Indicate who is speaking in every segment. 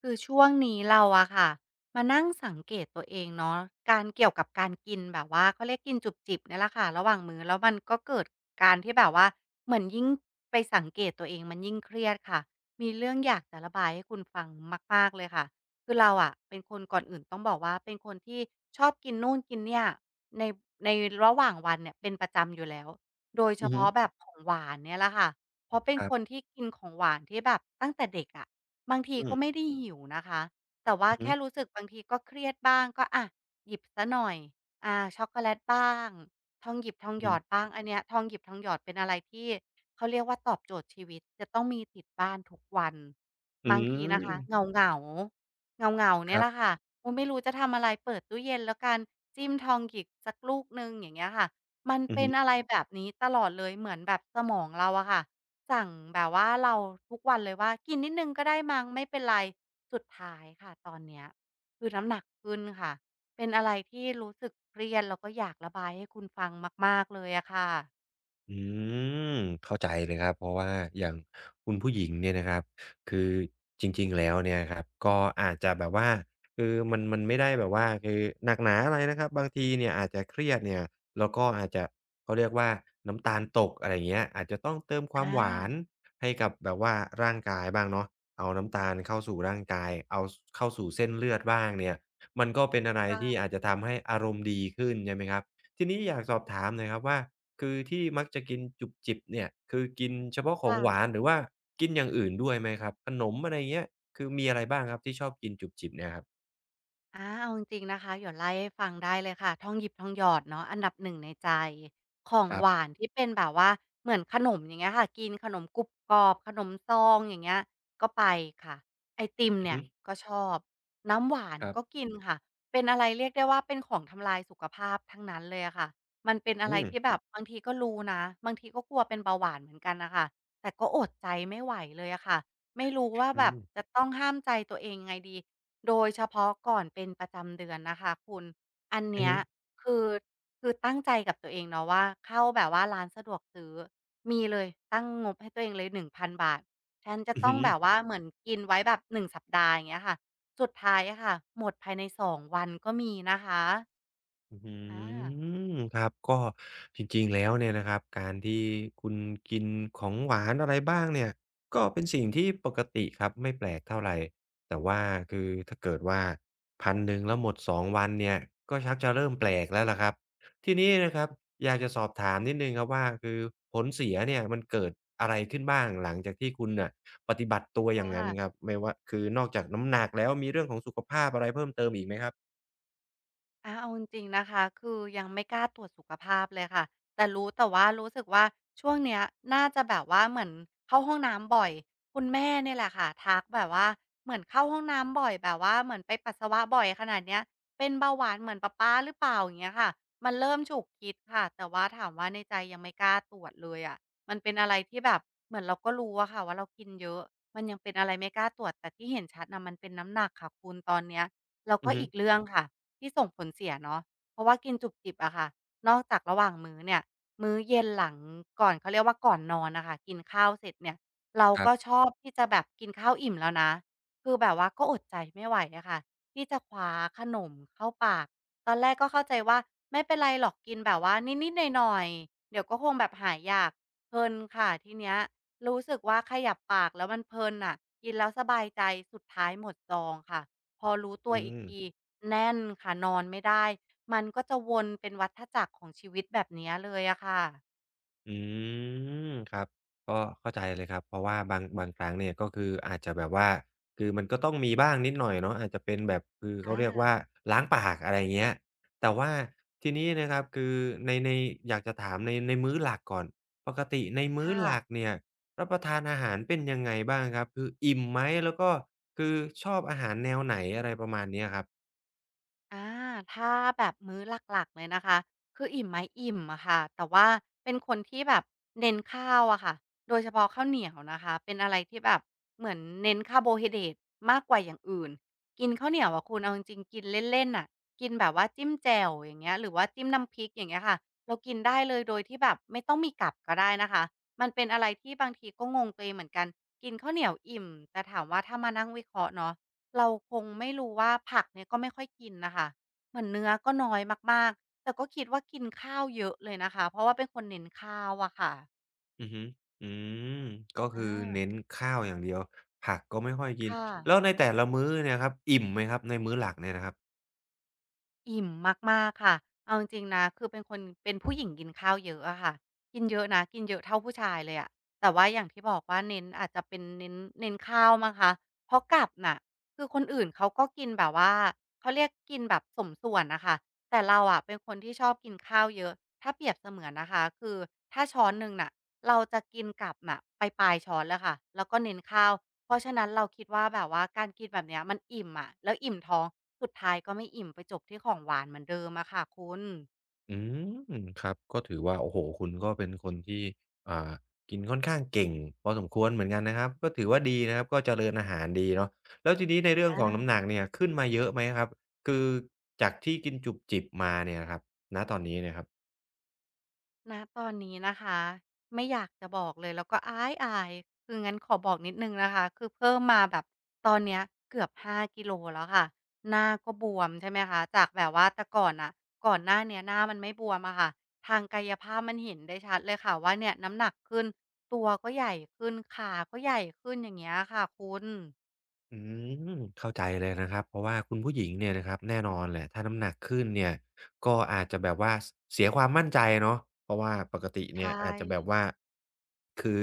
Speaker 1: คือช่วงนี้เราอะค่ะมานั่งสังเกตตัวเองเนาะการเกี่ยวกับการกินแบบว่าเขาเรียกกินจุบจิบเนี่ยแหละค่ะระหว่างมื้อแล้วมันก็เกิดการที่แบบว่าเหมือนยิ่งไปสังเกตตัวเองมันยิ่งเครียดค่ะมีเรื่องอยากจะระบายให้คุณฟังมากๆเลยค่ะคือเราอะเป็นคนก่อนอื่นต้องบอกว่าเป็นคนที่ชอบกินนู่นกินเนี่ยในในระหว่างวันเนี่ยเป็นประจำอยู่แล้วโดยเฉ
Speaker 2: อือฮึ
Speaker 1: พาะแบบของหวานเนี่ยแหละค่ะเพราะเป็น
Speaker 2: ครั
Speaker 1: คน
Speaker 2: บ
Speaker 1: ที่กินของหวานที่แบบตั้งแต่เด็กอะ บางที
Speaker 2: อื
Speaker 1: ก็
Speaker 2: ม
Speaker 1: ไม่ได้หิวนะคะแต่ว่า
Speaker 2: อือฮึ
Speaker 1: แค่รู้สึกบางทีก็เครียดบ้างก็อะหยิบเสียหน่อยช็อกโกแลตบ้างทองหยิบทองหย
Speaker 2: อื
Speaker 1: อด
Speaker 2: ม
Speaker 1: บ้างอันเนี้ยทองหยิบทองหยอดเป็นอะไรที่เขาเรียกว่าตอบโจทย์ชีวิตจะต้องมีติดบ้านทุกวัน
Speaker 2: อื
Speaker 1: บางทีนะคฮึะเ
Speaker 2: ม
Speaker 1: หงาๆเหงาๆ
Speaker 2: ค
Speaker 1: เนี่ย
Speaker 2: รั
Speaker 1: แหละ
Speaker 2: บ
Speaker 1: ค่ะโอ้ไม่รู้จะทำอะไรเปิดตู้เย็นแล้วกันจิ้มทองหยิบสักลูกหนึ่งอย่างเงี้ยค่ะมัน
Speaker 2: อือ
Speaker 1: เป็
Speaker 2: ฮึ
Speaker 1: นอะไรแบบนี้ตลอดเลยเหมือนแบบสมองเราอะค่ะ สั่งแบบว่าเราทุกวันเลยว่ากินนิดหนึ่งก็ได้มั้งไม่เป็นไรสุดท้ายค่ะตอนเนี้ยคือน้ำหนักขึ้นค่ะเป็นอะไรที่รู้สึกเครียดแล้วก็อยากระบายให้คุณฟังมากๆเลยอะค่ะ
Speaker 2: อืมเข้าใจเลยครับเพราะว่าอย่างคุณผู้หญิงเนี่ยนะครับคือจริงๆแล้วเนี่ยครับก็อาจจะแบบว่าคือมันไม่ได้แบบว่าคือหนักหนาอะไรนะครับบางทีเนี่ยอาจจะเครียดเนี่ยแล้วก็อาจจะเขาเรียกว่าน้ำตาลตกอะไรอย่างเงี้ยอาจจะต้องเติมความ
Speaker 1: อา
Speaker 2: หวานให้กับแบบว่าร่างกายบ้างเนาะเอาน้ำตาลเข้าสู่ร่างกายเอาสเข้าสู่เส้นเลือดบ้างเนี่ยมันก็เป็นอะไรที่
Speaker 1: ค่ะ
Speaker 2: อาจจะทำให้อารมณ์ดีขึ้นใช่ไหมครับทีนี้อยากสอบถามหน่อยครับว่า คือที่มักจะกินจุบจิบเนี่ยคือกินเฉพาะของหวาน
Speaker 1: ค่ะ
Speaker 2: หรือว่ากินอย่างอื่นด้วยไหมครับขนมอะไรเงี้ยคือมีอะไรบ้างครับที่ชอบกินจุบจิบเนี่ยครับ
Speaker 1: เอาจริงๆนะคะเดี๋ยวไล่ให้ฟังได้เลยค่ะทองหยิบทองหยอดเนาะอันดับหนึ่งในใจของ
Speaker 2: ครั
Speaker 1: หวา
Speaker 2: บ
Speaker 1: นที่เป็นแบบว่าเหมือนขนมอย่างเงี้ยค่ะกินขนมกรุบกรอบขนมซองอย่างเงี้ยก็ไปค่ะไอติม
Speaker 2: อือ
Speaker 1: เนี่ย
Speaker 2: ฮึ
Speaker 1: ก็ชอบน้ำหวาน
Speaker 2: ครั
Speaker 1: ก็
Speaker 2: บ
Speaker 1: กินค่ะเป็นอะไรเรียกได้ว่าเป็นของทำลายสุขภาพทั้งนั้นเลยอะค่ะมันเป็นอะ
Speaker 2: อื
Speaker 1: ไร
Speaker 2: ม
Speaker 1: ที่แบบบางทีก็รู้นะบางทีก็กลัวเป็นเบาหวานเหมือนกันน่ะค่ะแต่ก็อดใจไม่ไหวเลยอะค่ะไม่รู้ว่า
Speaker 2: อื
Speaker 1: แบบ
Speaker 2: ม
Speaker 1: จะต้องห้ามใจตัวเองยังไงดี โดยเฉพาะก่อนเป็นประจำเดือนนะคะคุณอัน
Speaker 2: อือ
Speaker 1: เนี้ย
Speaker 2: ฮึ
Speaker 1: คือคือตั้งใจกับตัวเองเนาะว่าเข้าแบบว่าร้านสะดวกซื้อมีเลยตั้งงบให้ตัวเองเลย1,000บาทฉันจะ
Speaker 2: อือ
Speaker 1: ต้อ
Speaker 2: ฮึ
Speaker 1: งแบบว่าเหมือนกินไว้แบบ1สัปดาห์อย่างเงี้ยค่ะสุดท้ายอะค่ะหมดภายใน2วันก็มีนะคะ
Speaker 2: อื
Speaker 1: อา
Speaker 2: มครับก็จริงๆแล้วเนี่ยนะครับการที่คุณกินของหวานอะไรบ้างเนี่ยก็เป็นสิ่งที่ปกติครับไม่แปลกเท่าไหรแต่ว่าคือถ้าเกิดว่าพันหนึ่งแล้วหมด2วันเนี่ยก็ชักจะเริ่มแปลกแล้วล่ะครับทีนี้นะครับอยากจะสอบถามนิดนึงครับว่าคือผลเสียเนี่ยมันเกิดอะไรขึ้นบ้างหลังจากที่คุณน่ะปฏิบัติตัว
Speaker 1: ค
Speaker 2: อย่างนั้นครั
Speaker 1: ่ะ
Speaker 2: บไม่ว่าคือนอกจากน้ำหนักแล้วมีเรื่องของสุขภาพอะไรเพิ่มเติมอีกไหมครับ
Speaker 1: เอาจริงๆนะคะคือยังไม่กล้าตรวจสุขภาพเลยค่ะแต่รู้แต่ว่ารู้สึกว่าช่วงเนี้ยน่าจะแบบว่าเหมือนเข้าห้องน้ำบ่อยคุณแม่เนี่ยแหละค่ะทักแบบว่าเหมือนเข้าห้องน้ำบ่อยแบบว่าเหมือนไปปัสสาวะบ่อยขนาดเนี้ยเป็นเบาหวานเหมือนป้าปาหรือเปล่าอย่างเงี้ยค่ะมันเริ่มฉุกคิดค่ะแต่ว่าถามว่าในใจยังไม่กล้าตรวจเลยอะมันเป็นอะไรที่แบบเหมือนเราก็รู้อะค่ะว่าเรากินเยอะมันยังเป็นอะไรไม่กล้าตรวจแต่ที่เห็นชัดนะมันเป็นน้ำหนักค่ะคุณตอนเนี้ยแล้ว
Speaker 2: อื
Speaker 1: ก็
Speaker 2: อฮึ
Speaker 1: อีกเรื่องค่ะ ที่ส่งผลเสียเนาะเพราะว่ากินจุบจิบอะค่ะ นอกจากระหว่างมื้อเนี่ย มื้อเย็นหลังก่อนเขาเรียกว่าก่อนนอนน่ะค่ะกินข้าวเสร็จเนี่ยเรา
Speaker 2: ครั
Speaker 1: ก็ช
Speaker 2: บ
Speaker 1: อบที่จะแบบกินข้าวอิ่มแล้วนะ คือแบบว่าก็อดใจไม่ไหวอะค่ะที่จะคว้าขนมเข้าปาก ตอนแรกก็เข้าใจว่าไม่เป็นไรหรอกกินแบบว่านิดๆหน่อยๆเดี๋ยวก็คงแบบหายอยากเพลินค่ะทีเนี้ยรู้สึกว่าขยับปากแล้วมันเพลินน่ะกินแล้วสบายใจสุดท้ายหมดซองค่ะ พอรู้ตัว
Speaker 2: อื
Speaker 1: อีก
Speaker 2: ม
Speaker 1: ทีแน่นค่ะนอนไม่ได้ มันก็จะวนเป็นวัฏจักรของชีวิตแบบเนี้ยเลยอะค่ะ
Speaker 2: อืมครับก็เข้าใจเลยครับเพราะว่าบางครั้งเนี่ยก็คืออาจจะแบบว่าคือมันก็ต้องมีบ้างนิดหน่อยเนาะอาจจะเป็นแบบคือเขา
Speaker 1: อา
Speaker 2: เรียกว่าล้างปากอะไรเงี้ยแต่ว่าทีนี้นะครับคือในอยากจะถามในมื้อหลักก่อนปกติในมื้อ
Speaker 1: ค่ะ
Speaker 2: หลักเนี่ยรับประทานอาหารเป็นยังไงบ้างครับคืออิ่มไหมแล้วก็คือชอบอาหารแนวไหนอะไรประมาณเนี้ยครับ
Speaker 1: อาถ้าแบบมื้อหลักๆเลยนะคะคืออิ่มไหมอิ่มอะค่ะแต่ว่าเป็นคนที่แบบเน้นข้าวอะค่ะโดยเฉพาะข้าวเหนียวนะคะเป็นอะไรที่แบบเหมือนเน้นคาร์โบไฮเดรตมากกว่าอย่างอื่นกินข้าวเหนียวอะคุณเอาจริงๆกินเล่นๆน่ะกินแบบว่าจิ้มแจ่วอย่างเงี้ยหรือว่าจิ้มน้ำพริกอย่างเงี้ยค่ะเรากินได้เลยโดยที่แบบไม่ต้องมีกับก็ได้นะคะมันเป็นอะไรที่บางทีก็งงตัวเองเหมือนกันกินข้าวเหนียวอิ่มแต่ถามว่าถ้ามานั่งวิเคราะห์เนาะ เราคงไม่รู้ว่าผักเนี่ยก็ไม่ค่อยกินน่ะค่ะเหมือนเนื้อก็น้อยมากๆ แต่ก็คิดว่ากินข้าวเยอะเลยนะคะ เพราะว่าเป็นคนเน้นข้าวอะค่ะ
Speaker 2: อือฮึอืมก็คือ
Speaker 1: อา
Speaker 2: เน้นข้าวอย่างเดียวผักก็ไม่ค่อยกิน
Speaker 1: ค่ะ
Speaker 2: แล้วในแต่ละมื้อเนี่ยครับอิ่มไหมครับในมื้อหลักเนี่ยนะครับ
Speaker 1: อิ่มมากๆค่ะเอาจริงๆนะคือเป็นคนเป็นผู้หญิงกินข้าวเยอะอะค่ะกินเยอะนะกินเยอะเท่าผู้ชายเลยอะแต่ว่าอย่างที่บอกว่าเน้นอาจจะเป็นเน้นข้าวมั้งคะเพราะกลับน่ะคือคนอื่นเขาก็กินแบบว่าเขาเรียกกินแบบสมส่วนน่ะค่ะแต่เราอะเป็นคนที่ชอบกินข้าวเยอะถ้าเปรียบเสมือนนะคะคือถ้าช้อนหนึ่งน่ะเราจะกินกลับน่ะไปปลายๆช้อนเลยค่ะแล้วก็เน้นข้าว เพราะฉะนั้นเราคิดว่าแบบว่าการกินแบบเนี้ยมันอิ่มอะแล้วอิ่มท้องสุดท้ายก็ไม่อิ่มไปจบที่ของหวานเหมือนเดิมอะค่ะคุณ
Speaker 2: อืมครับก็ถือว่าโอ้โฮคุณก็เป็นคนที่อ่ากินค่อนข้างเก่งพอสมควรเหมือนกันนะครับก็ถือว่าดีนะครับก็เจริญอาหารดีเนาะแล้วทีนี้ในเรื่องข
Speaker 1: อา
Speaker 2: องน้ำหนักเนี่ยขึ้นมาเยอะไหมครับคือจากที่กินจุบจิบมาเนี่ยครับณตอนนี้เนี่ยครับ
Speaker 1: ณตอนนี้นะคะไม่อยากจะบอกเลยแล้วก็อายคืองั้นขอบอกนิดหนึ่งนะคะคือเพิ่มมาแบบตอนเนี้ยเกือบ5กิโลแล้วค่ะหน้าก็บวมใช่ไหมคะจากแบบว่าแต่ก่อนน่ะก่อนหน้าเนี้ยหน้ามันไม่บวมอะค่ะทางกายภาพมันเห็นได้ชัดเลยค่ะว่าเนี่ยน้ำหนักขึ้นตัวก็ใหญ่ขึ้นขาก็ใหญ่ขึ้นอย่างเงี้ยค่ะคุณ
Speaker 2: อืมเข้าใจเลยนะครับเพราะว่าคุณผู้หญิงเนี่ยนะครับแน่นอนแหละถ้าน้ำหนักขึ้นเนี่ยก็อาจจะแบบว่าเสียความมั่นใจเนาะเพราะว่าปกติ
Speaker 1: ใช
Speaker 2: เนี่ยอาจจะแบบ
Speaker 1: ่
Speaker 2: ว่าคือ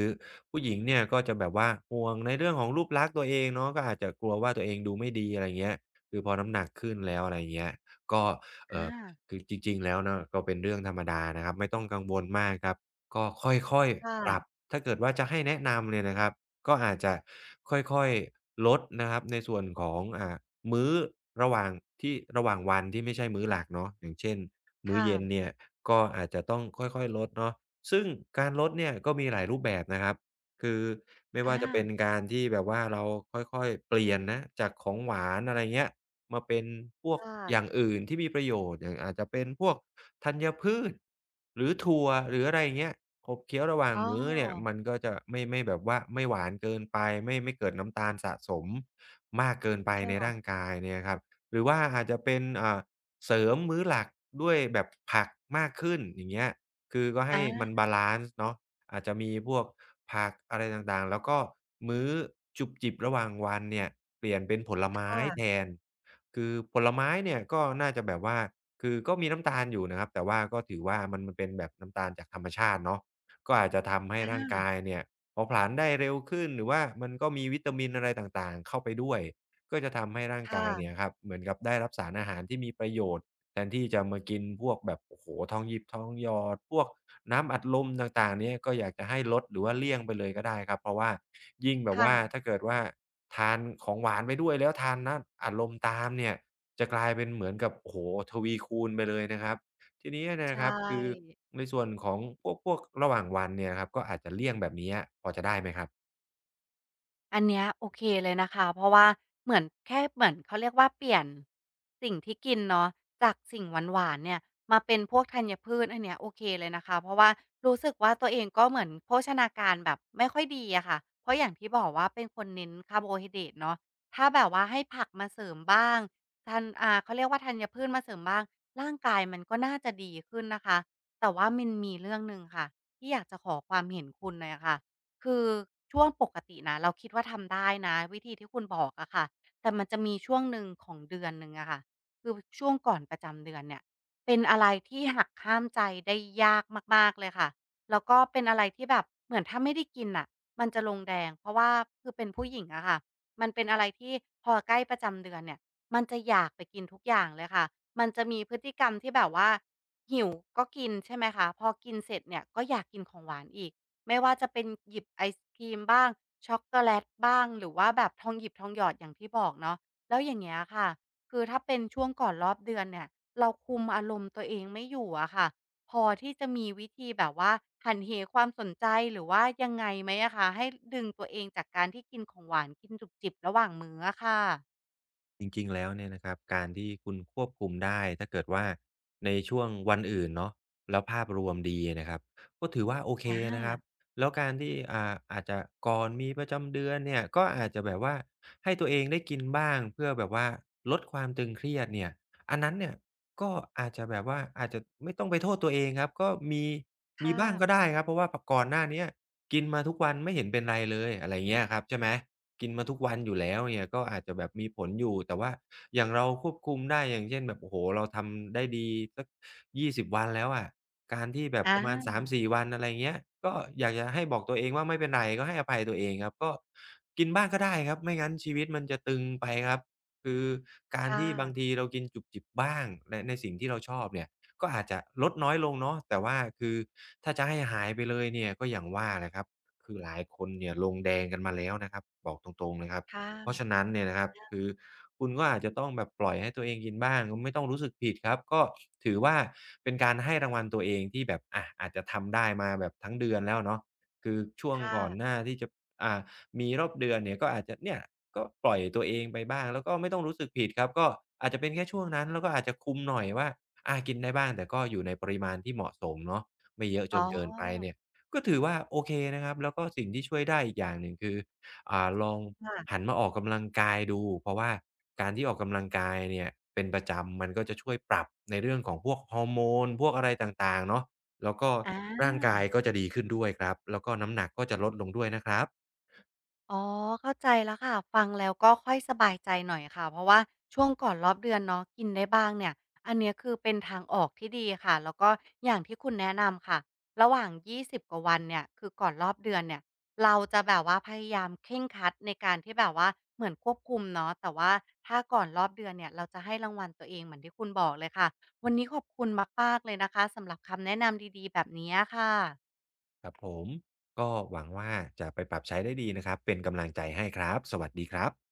Speaker 2: ผู้หญิงเนี่ยก็จะแบบว่าห่วงในเรื่องของรูปลักษณ์ตัวเองเนาะก็อาจจะกลัวว่าตัวเองดูไม่ดีอะไรเงี้ยคือพอน้ำหนักขึ้นแล้วอะไรเงี้ยก็เอ่อ
Speaker 1: อา
Speaker 2: คือจริงๆแล้วเนาะก็เป็นเรื่องธรรมดานะครับไม่ต้องกังวลมากครับก็ค่อย
Speaker 1: ค่ะ
Speaker 2: ๆปรับถ้าเกิดว่าจะให้แนะนำเนี่ยนะครับ ก็อาจจะค่อยๆลดนะครับในส่วนของมื้อระหว่างที่ระหว่างวันที่ไม่ใช่มื้อหลักเนาะอย่างเช่นมื้อ
Speaker 1: ค่ะ
Speaker 2: เย็นเนี่ยก็อาจจะต้องค่อยๆลดเนาะซึ่งการลดเนี่ยก็มีหลายรูปแบบนะครับคือไม่
Speaker 1: อ
Speaker 2: ว่าจะเป็น
Speaker 1: า
Speaker 2: การที่แบบว่าเราค่อยๆเปลี่ยนนะจากของหวานอะไรเงี้ยมาเป็นพวก
Speaker 1: ค่ะ
Speaker 2: อย่างอื่นที่มีประโยชน์อย่างอาจจะเป็นพวกธัญพืชหรือถั่วหรืออะไรอย่างเงี้ย ขบเคี้ยวระหว่าง
Speaker 1: อ๋อ
Speaker 2: มื้อเนี่ยมันก็จะไม่แบบว่าไม่หวานเกินไปไม่เกิดน้ำตาลสะสมมากเกินไปใน
Speaker 1: ค่ะ
Speaker 2: ร่างกายเนี่ยครับหรือว่าอาจจะเป็นเสริมมื้อหลักด้วยแบบผักมากขึ้นอย่างเงี้ยคือก็ให้
Speaker 1: อา
Speaker 2: มันบาลันซ์เนาะอาจจะมีพวกผักอะไรต่างๆแล้วก็มื้อจุบจิบระหว่างวันเนี่ยเปลี่ยนเป็นผลไม้แท
Speaker 1: ค่ะ
Speaker 2: นคือผลไม้เนี่ยก็น่าจะแบบว่าคือก็มีน้ำตาลอยู่นะครับแต่ว่าก็ถือว่ามันมันเป็นแบบน้ำตาลจากธรรมชาติเนาะ ก็อาจจะทำให้
Speaker 1: อ
Speaker 2: ร่างกา
Speaker 1: า
Speaker 2: ยเนี่ยเผาผลาญได้เร็วขึ้นหรือว่ามันก็มีวิตามินอะไรต่างๆเข้าไปด้วยก็จะทำให้ร่าง
Speaker 1: ค
Speaker 2: กายเนี่ย
Speaker 1: ่ะ
Speaker 2: ครับเหมือนกับได้รับสารอาหารที่มีประโยชน์แทนที่จะมากินพวกแบบโอ้โหทองหยิบทองหยอดพวกน้ำอัดลมต่างๆเนี่ยก็อยากจะให้ลดหรือว่าเลี่ยงไปเลยก็ได้ครับเพราะว่ายิ่งแบบ
Speaker 1: ค่ะ
Speaker 2: ว่าถ้าเกิดว่าทานของหวานไปด้วยแล้วทานน้ำอัดลมตามเนี่ยจะกลายเป็นเหมือนกับโอ้โหทวีคูณไปเลยนะครับ ทีนี้
Speaker 1: ใช
Speaker 2: นะครับคือ
Speaker 1: ่
Speaker 2: ในส่วนของพวกระหว่างวันเนี่ยครับก็อาจจะเลี่ยงแบบนี้พอจะได้ไหมครับ
Speaker 1: อันเนี้ยโอเคเลยนะคะเพราะว่าเหมือนแค่เหมือนเขาเรียกว่าเปลี่ยนสิ่งที่กินเนาะจากสิ่งหวานๆเนี่ยมาเป็นพวกธัญพืชอันเนี้ยโอเคเลยนะคะเพราะว่ารู้สึกว่าตัวเองก็เหมือนโภชนาการแบบไม่ค่อยดีอะค่ะเพราะอย่างที่บอกว่าเป็นคนเน้นคาร์โบไฮเดรตเนาะถ้าแบบว่าให้ผักมาเสริมบ้างทันเขาเรียกว่าธัญพืชมาเสริมบ้างร่างกายมันก็น่าจะดีขึ้นนะคะแต่ว่ามันมีเรื่องหนึ่งค่ะที่อยากจะขอความเห็นคุณหน่อยค่ะ คือช่วงปกตินะเราคิดว่าทำได้นะวิธีที่คุณบอกอะค่ะแต่มันจะมีช่วงหนึ่งของเดือนหนึ่งอะค่ะคือช่วงก่อนประจำเดือนเนี่ยเป็นอะไรที่หักห้ามใจได้ยากมากๆเลยค่ะแล้วก็เป็นอะไรที่แบบเหมือนถ้าไม่ได้กินน่ะมันจะลงแดงเพราะว่าคือเป็นผู้หญิงอะค่ะมันเป็นอะไรที่พอใกล้ประจำเดือนเนี่ยมันจะอยากไปกินทุกอย่างเลยค่ะมันจะมีพฤติกรรมที่แบบว่าหิวก็กินใช่ไหมคะพอกินเสร็จเนี่ยก็อยากกินของหวานอีก ไม่ว่าจะเป็นหยิบไอศกรีมบ้างช็อกโกแลตบ้างหรือว่าแบบทองหยิบทองหยอดอย่างที่บอกเนาะแล้วอย่างเงี้ยค่ะคือถ้าเป็นช่วงก่อนรอบเดือนเนี่ยเราคุมอารมณ์ตัวเองไม่อยู่อะค่ะพอที่จะมีวิธีแบบว่าหันเหความสนใจหรือว่ายังไงไหมอะคะให้ดึงตัวเองจากการที่กินของหวานกินจุบจิบระหว่างมื้ออะค่ะ
Speaker 2: จริงๆแล้วเนี่ยนะครับการที่คุณควบคุมได้ถ้าเกิดว่าในช่วงวันอื่นเนาะแล้วภาพรวมดีนะครับก็ถือว่าโอเค
Speaker 1: อา
Speaker 2: นะครับแล้วการที่อาจจะก่อนมีประจำเดือนเนี่ยก็อาจจะแบบว่าให้ตัวเองได้กินบ้างเพื่อแบบว่าลดความตึงเครียดเนี่ยอันนั้นเนี่ยก็อาจจะแบบว่าอาจจะไม่ต้องไปโทษตัวเองครับก็มี
Speaker 1: ค่ะ
Speaker 2: บ้างก็ได้ครับเพราะว่าพก่อนหน้าเนี้ย กินมาทุกวันไม่เห็นเป็นไรเลยอะไรเงี้ยครับใช่ไหมกินมาทุกวันอยู่แล้วเนี่ยก็อาจจะแบบมีผลอยู่แต่ว่าอย่างเราควบคุมได้อย่างเช่นแบบโอ้โฮเราทำได้ดีสัก20วันแล้วอะการที่แบบ
Speaker 1: อ
Speaker 2: ประมาณสา
Speaker 1: า
Speaker 2: มสี่วันอะไรเงี้ยก็อยากจะให้บอกตัวเองว่าไม่เป็นไรก็ให้อภัยตัวเองครับก็กินบ้างก็ได้ครับไม่งั้นชีวิตมันจะตึงไปครับคือการ
Speaker 1: ค่
Speaker 2: ที่บางที
Speaker 1: ะ
Speaker 2: เรากินจุบจิบบ้างในสิ่งที่เราชอบเนี่ย ก็อาจจะลดน้อยลงเนาะแต่ว่าคือถ้าจะให้หายไปเลยเนี่ยก็อย่างว่าแหละครับคือหลายคนเนี่ยลงแดงกันมาแล้วนะครับบอกตรงๆเลยครับ
Speaker 1: ค
Speaker 2: เพราะฉะ
Speaker 1: ่ะ
Speaker 2: นั้นเนี่ยนะครับคือคุณก็อาจจะต้องแบบปล่อยให้ตัวเองกินบ้างไม่ต้องรู้สึกผิดครับก็ถือว่าเป็นการให้รางวัลตัวเองที่แบบอาจจะทำได้มาแบบทั้งเดือนแล้วเนาะคือช่วง
Speaker 1: ค
Speaker 2: ก่อนห
Speaker 1: ่ะ
Speaker 2: น้าที่จะอ่า มีรอบเดือนเนี่ยก็อาจจะเนี่ยก็ปล่อยตัวเองไปบ้างแล้วก็ไม่ต้องรู้สึกผิดครับก็อาจจะเป็นแค่ช่วงนั้นแล้วก็อาจจะคุมหน่อยว่ากินได้บ้างแต่ก็อยู่ในปริมาณที่เหมาะสมเนาะไม่เยอะจ
Speaker 1: อ๋
Speaker 2: นเกินไป
Speaker 1: อ
Speaker 2: เนี่ยก็ถือว่าโอเคนะครับแล้วก็สิ่งที่ช่วยได้อีกอย่างหนึ่งคือลองหั
Speaker 1: ค่ะ
Speaker 2: นมาออกกำลังกายดูเพราะว่าการที่ออกกำลังกายเนี่ยเป็นประจำมันก็จะช่วยปรับในเรื่องของพวกฮอร์โมนพวกอะไรต่างๆเนาะแล้วก็
Speaker 1: อา
Speaker 2: ร่างกายก็จะดีขึ้นด้วยครับแล้วก็น้ำหนักก็จะลดลงด้วยนะครับ
Speaker 1: อ๋อเข้าใจแล้วค่ะฟังแล้วก็ค่อยสบายใจหน่อยค่ะเพราะว่าช่วงก่อนรอบเดือนเนาะกินได้บ้างเนี่ยอันเนี้ยคือเป็นทางออกที่ดีค่ะแล้วก็อย่างที่คุณแนะนำค่ะระหว่าง20กว่าวันเนี่ยคือก่อนรอบเดือนเนี่ยเราจะแบบว่าพยายามเคร่งครัดในการที่แบบว่าเหมือนควบคุมเนาะแต่ว่าถ้าก่อนรอบเดือนเนี่ยเราจะให้รางวัลตัวเองเหมือนที่คุณบอกเลยค่ะวันนี้ขอบคุณมากๆเลยนะคะสำหรับคำแนะนำดีๆแบบนี้ค่ะ
Speaker 2: ครับผมก็หวังว่าจะไปปรับใช้ได้ดีนะครับเป็นกำลังใจให้ครับสวัสดีครับ